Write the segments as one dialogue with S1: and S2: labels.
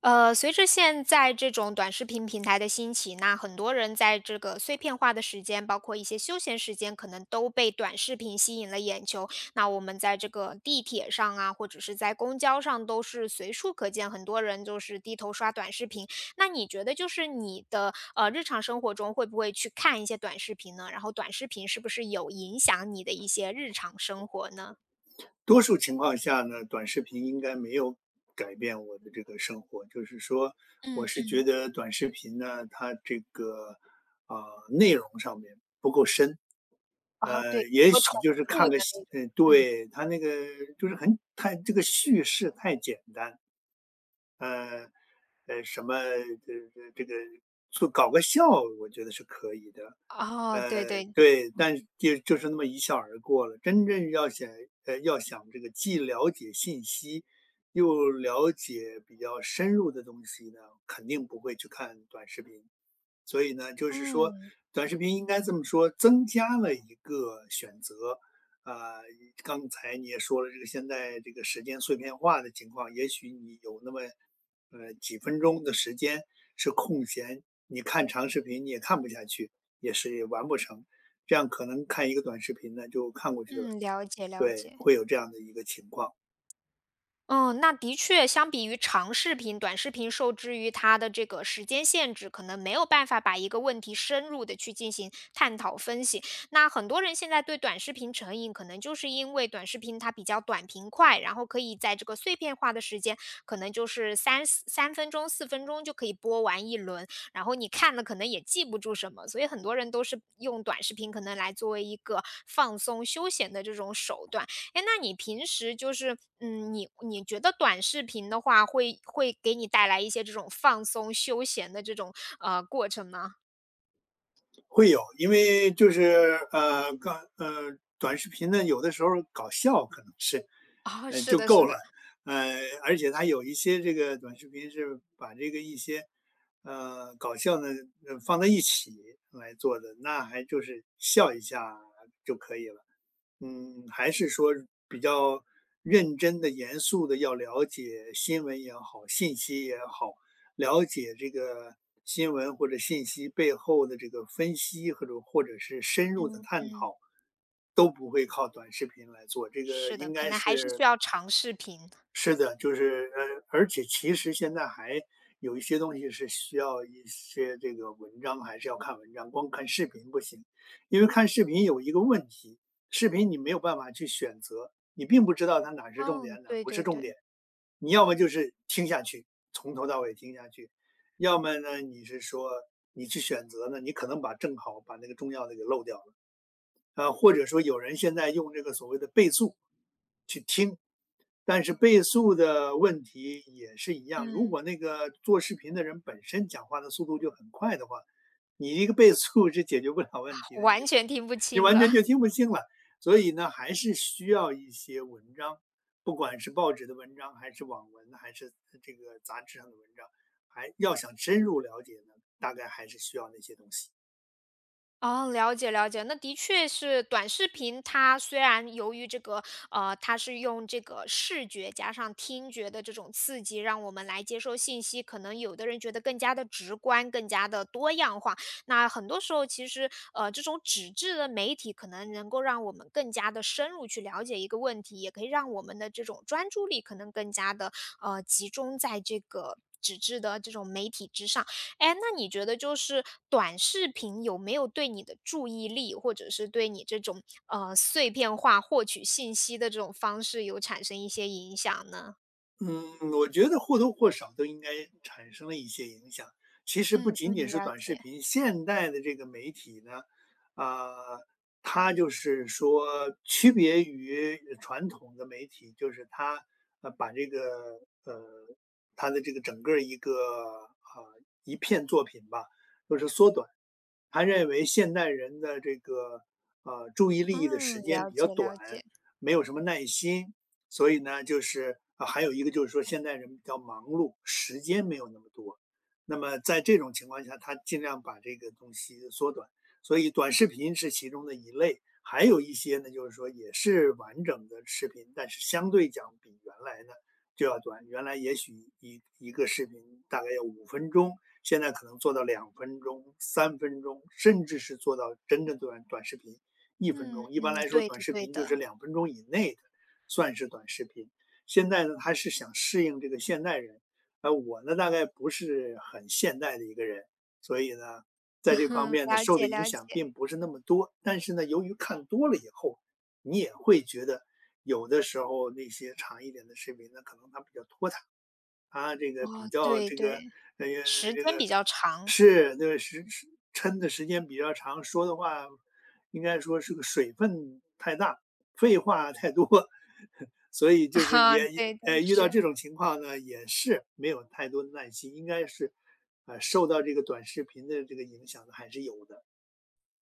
S1: 随着现在这种短视频平台的兴起，那很多人在这个碎片化的时间，包括一些休闲时间，可能都被短视频吸引了眼球。那我们在这个地铁上啊，或者是在公交上，都是随处可见，很多人就是低头刷短视频。那你觉得，就是你的日常生活中会不会去看一些短视频呢？然后短视频是不是有影响你的一些日常生活呢？
S2: 多数情况下呢，短视频应该没有改变我的这个生活。就是说，
S1: 嗯
S2: 我是
S1: 嗯，
S2: 觉得短视频呢，它这个内容上面不够深。
S1: 哦，对，
S2: 也
S1: 多重
S2: 许就是
S1: 复
S2: 看
S1: 的
S2: 个戏，
S1: 那种，
S2: 嗯，
S1: 嗯，
S2: 对它那个就是很太这个叙事太简单，呃呃，什么这个做搞个笑，我觉得是可以的。
S1: 哦，对对，
S2: 对，但就是那么一笑而过了。真正要想，要想这个既了解信息，又了解比较深入的东西呢，肯定不会去看短视频。所以呢，就是说
S1: 嗯。
S2: 短视频应该这么说，增加了一个选择。呃，刚才你也说了，这个现在这个时间碎片化的情况，也许你有那么几分钟的时间是空闲，你看长视频你也看不下去，也是也完不成，这样可能看一个短视频呢就看过去了。
S1: 嗯，了解了
S2: 对，
S1: 解。
S2: 会有这样的一个情况。
S1: 嗯，那的确，相比于长视频，短视频受制于它的这个时间限制，可能没有办法把一个问题深入的去进行探讨分析。那很多人现在对短视频成瘾，可能就是因为短视频它比较短平快，然后可以在这个碎片化的时间，可能就是三分钟、四分钟就可以播完一轮，然后你看了可能也记不住什么，所以很多人都是用短视频可能来作为一个放松休闲的这种手段。哎，那你平时就是，嗯，你觉得短视频的话，会给你带来一些这种放松、休闲的这种过程吗？
S2: 会有，因为就是呃，刚呃，短视频呢，有的时候搞笑可能是，
S1: 哦，是
S2: 就
S1: 的，
S2: 够
S1: 是的，
S2: 了。呃，而且它有一些这个短视频是把这个一些搞笑呢放在一起来做的，那还就是笑一下就可以了。嗯，还是说比较认真的、严肃的，要了解新闻也好，信息也好，了解这个新闻或者信息背后的这个分析，或者是深入的
S1: 嗯
S2: 探
S1: 嗯，
S2: 讨，都不会靠短视频来做。这个
S1: 是的，
S2: 应
S1: 可
S2: 该
S1: 能还是需
S2: 是
S1: 要长视频。
S2: 是的，就是而且其实现在还有一些东西是需要一些这个文章，还是要看文章，光看视频不行，因为看视频有一个问题，视频你没有办法去选择，你并不知道它哪是重
S1: 哦，
S2: 点，哪
S1: 对
S2: 不是
S1: 对
S2: 重点。
S1: 对，
S2: 你要么就是听下去，从头到尾听下去，要么呢你是说你去选择呢，你可能把正好把那个重要的给漏掉了，或者说有人现在用这个所谓的倍速。但是倍速的问题也是一样，如
S1: 嗯，
S2: 果那个做视频的人本身讲话的速度就很快的话，你一个倍速是解决不了问题的，你
S1: 完全听不
S2: 你
S1: 清
S2: 完
S1: 了。
S2: 全就听不清了。所以呢，还是需要一些文章，不管是报纸的文章，还是网文，还是这个杂志上的文章，还要想深入了解呢，大概还是需要那些东西。
S1: 哦，了解了解，那的确是短视频，它虽然由于这个，它是用这个视觉加上听觉的这种刺激，让我们来接收信息，可能有的人觉得更加的直观，更加的多样化。那很多时候，其实这种纸质的媒体可能能够让我们更加的深入去了解一个问题，也可以让我们的这种专注力可能更加的集中在这个纸质的这种媒体之上。哎，那你觉得就是短视频有没有对你的注意力，或者是对你这种碎片化获取信息的这种方式，有产生一些影响呢？
S2: 嗯，我觉得或多或少都应该产生了一些影响。其实不
S1: 嗯
S2: 仅仅
S1: 嗯，
S2: 是
S1: 了
S2: 短视
S1: 解，
S2: 频，现代的这个媒体呢，啊、它就是说区别于传统的媒体，就是它把这个呃它的这个整个一个一片作品吧，就是缩短。他认为现代人的这个注意力的
S1: 嗯，
S2: 时间
S1: 了
S2: 比较
S1: 解了
S2: 短，
S1: 解，
S2: 没有什么耐心，所以呢，就是还有一个就是说现代人比较忙碌，时间没有那么多。那么在这种情况下，他尽量把这个东西缩短。所以短视频是其中的一类，还有一些呢，就是说也是完整的视频，但是相对讲比原来呢就要短。原来也许一个视频大概要5分钟，现在可能做到两分钟、3分钟，甚至是做到真正短视频一分
S1: 嗯
S2: 钟。一般
S1: 嗯，
S2: 来说，
S1: 对
S2: 短
S1: 的
S2: 视
S1: 对
S2: 频就是
S1: 的，
S2: 两分钟以内的算是短视频。现在呢，他是想适应这个现代人，而我呢，大概不是很现代的一个人，所以呢，在 这方
S1: 嗯
S2: 面呢，
S1: 了
S2: 受的
S1: 解
S2: 影
S1: 了解，
S2: 响并不是那么多。但是呢，由于看多了以后，你也会觉得有的时候那些长一点的视频呢，可能它比较拖沓，啊，这个比
S1: 哦，
S2: 较
S1: 对
S2: 这个
S1: 对，
S2: 呃
S1: 时
S2: 这
S1: 间比
S2: 个
S1: 较长，
S2: 是那个撑的时间比较长，说的话应该说是个水分太大，废话太多，所以 就是
S1: 哈、
S2: 也也
S1: 对的
S2: 呃遇到
S1: 是。
S2: 这种情况呢，也是没有太多的耐心，应该是受到这个短视频的这个影响的还是有的。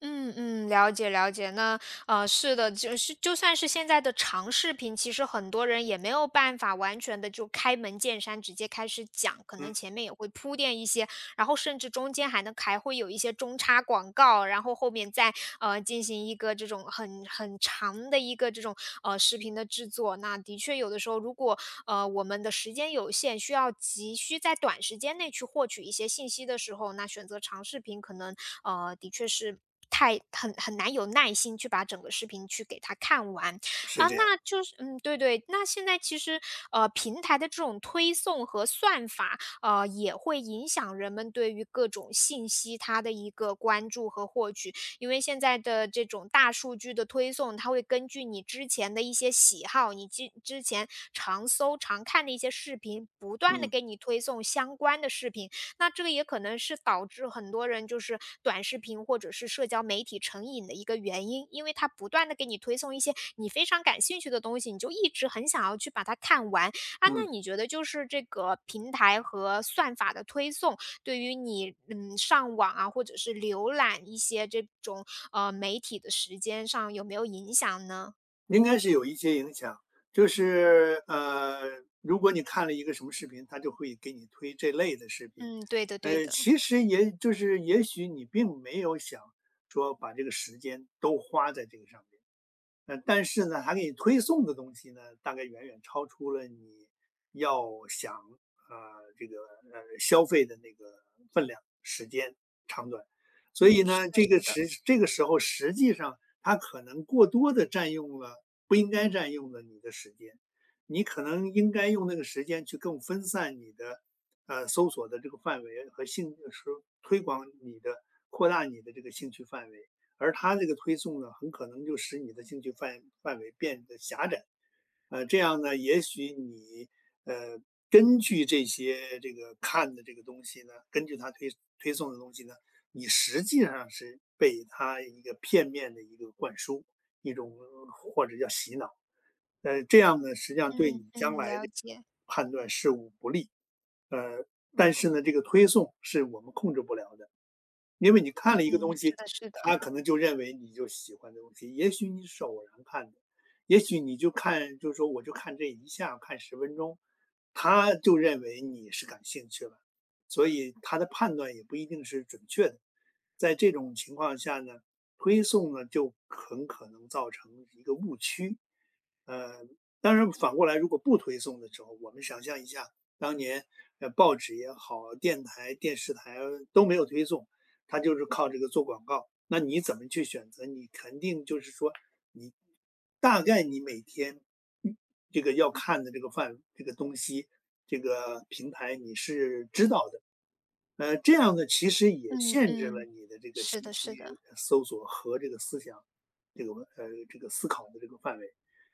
S1: 嗯嗯，了解了解。那是的，就是就算是现在的长视频，其实很多人也没有办法完全的就开门见山直接开始讲，可
S2: 嗯，
S1: 能前面也会铺垫一些，然后甚至中间还会有一些中插广告，然后后面再进行一个这种很长的一个这种视频的制作。那的确有的时候，如果我们的时间有限，需要急需在短时间内去获取一些信息的时候，那选择长视频可能的确是太很难有耐心去把整个视频去给它看完
S2: 是
S1: 啊，
S2: 这样，
S1: 那就是嗯，对对，那现在其实平台的这种推送和算法，也会影响人们对于各种信息它的一个关注和获取。因为现在的这种大数据的推送，它会根据你之前的一些喜好，你之前常搜常看的一些视频，不断的
S2: 嗯
S1: 给你推送相关的视频。那这个也可能是导致很多人就是短视频或者是社交媒体成瘾的一个原因，因为它不断的给你推送一些你非常感兴趣的东西，你就一直很想要去把它看完啊。
S2: 嗯。
S1: 那你觉得就是这个平台和算法的推送，对于你，嗯，上网啊，或者是浏览一些这种，媒体的时间上有没有影响呢？
S2: 应该是有一些影响，就是如果你看了一个什么视频，它就会给你推这类的视频。
S1: 嗯，对的对的，
S2: 其实也就是也许你并没有想说把这个时间都花在这个上面。但是呢，它给你推送的东西呢，大概远远超出了你要想这个消费的那个分量、时间长短，所以
S1: 嗯，是
S2: 呢，
S1: 的是的，
S2: 这个时候实际上它可能过多的占用了不应该占用的你的时间，你可能应该用那个时间去更分散你的搜索的这个范围和兴是推广你的扩大你的这个兴趣范围。而它这个推送呢，很可能就使你的兴趣范围变得狭窄。这样呢，也许你呃根据这些这个看的这个东西呢，根据它推送的东西呢，你实际上是被它一个片面的一个灌输，一种或者叫洗脑。这样呢，实际上对
S1: 嗯
S2: 你
S1: 嗯，
S2: 将来的
S1: 了解，
S2: 判断事物不利。呃，但是呢，这个推送是我们控制不了的。因为你看
S1: 嗯，
S2: 了一个东
S1: 是
S2: 西，
S1: 的是的，
S2: 他可能就认为你就喜欢这东西，也许你是偶然看的，也许你就看，就是说我就看这一下，看10分钟，他就认为你是感兴趣了，所以他的判断也不一定是准确的。在这种情况下呢，推送呢就很可能造成一个误区。呃，当然反过来，如果不推送的时候，我们想象一下，当年报纸也好，电台、电视台都没有推送，他就是靠这个做广告。那你怎么去选择？你肯定就是说，你大概你每天这个要看的这个范这个东西，这个平台你是知道的。这样呢，其实也
S1: 嗯
S2: 限制了
S1: 嗯，
S2: 你的这个
S1: 是
S2: 信
S1: 的
S2: 息
S1: 是的。
S2: 搜索和这个思想这个文、呃这个思考的这个范围。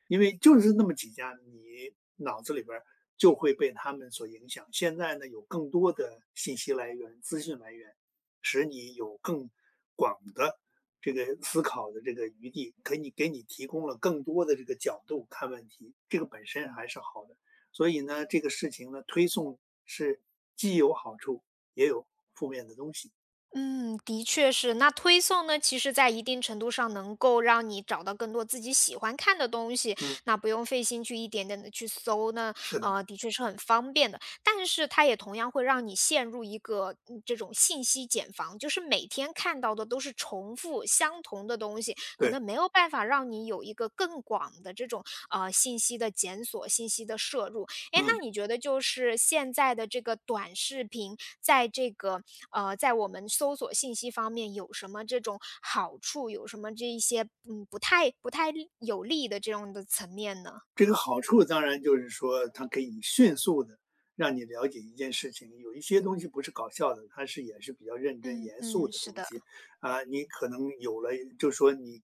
S2: 因为就是那么几家，你脑子里边儿就会被他们所影响。现在呢，有更多的信息来源、资讯来源，使你有更广的这个思考的这个余地，给你提供了更多的这个角度看问题，这个本身还是好的。所以呢，这个事情呢，推送是既有好处，也有负面的东西。
S1: 嗯，的确是。那推送呢，其实在一定程度上能够让你找到更多自己喜欢看的东西，
S2: 嗯，
S1: 那不用费心去一点点的去搜呢，
S2: 是的，
S1: 的确是很方便的。但是它也同样会让你陷入一个嗯这种信息茧房，就是每天看到的都是重复相同的东西，可
S2: 对，
S1: 能没有办法让你有一个更广的这种信息的检索、信息的摄入。哎，
S2: 嗯。
S1: 那你觉得就是现在的这个短视频？在这个在我们搜索信息方面有什么这种好处，有什么这一些嗯不太有利的这种的层面呢？
S2: 这个好处当然就是说，它可以迅速的让你了解一件事情。有一些东西不是搞笑的，它是也是比较认真
S1: 嗯
S2: 严肃
S1: 嗯，
S2: 的
S1: 是
S2: 东
S1: 的，
S2: 西。啊，你可能有了就是说你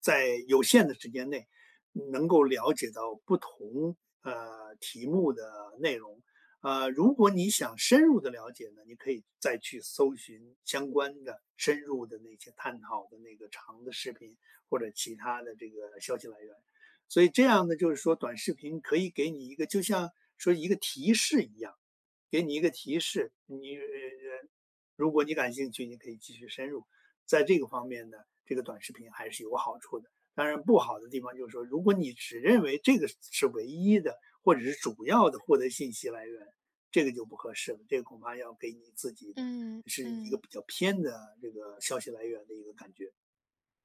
S2: 在有限的时间内，能够了解到不同，题目的内容。如果你想深入的了解呢，你可以再去搜寻相关的深入的那些探讨的那个长的视频，或者其他的这个消息来源。所以这样呢，就是说短视频可以给你一个，就像说一个提示一样，给你一个提示。如果你感兴趣，你可以继续深入。在这个方面呢，这个短视频还是有好处的。当然，不好的地方就是说，如果你只认为这个是唯一的，或者是主要的获得信息来源，这个就不合适了。这个恐怕要给你自己呢
S1: 嗯
S2: 是一个
S1: 嗯。
S2: 比较偏的这个消息来源的一个感觉。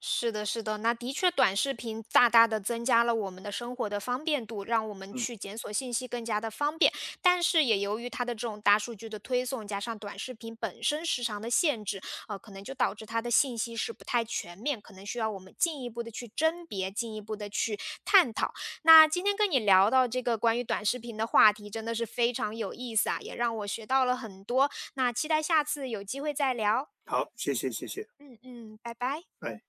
S1: 是的，是的，那的确，短视频大大的增加了我们的生活的方便度，让我们
S2: 嗯，
S1: 去检索信息更加的方便。但是也由于它的这种大数据的推送，加上短视频本身时长的限制，可能就导致它的信息是不太全面，可能需要我们进一步的去甄别，进一步的去探讨。那今天跟你聊到这个关于短视频的话题，真的是非常有意思啊，也让我学到了很多。那期待下次有机会再聊。
S2: 好，谢谢，谢谢，
S1: 嗯嗯，拜拜。
S2: 哎。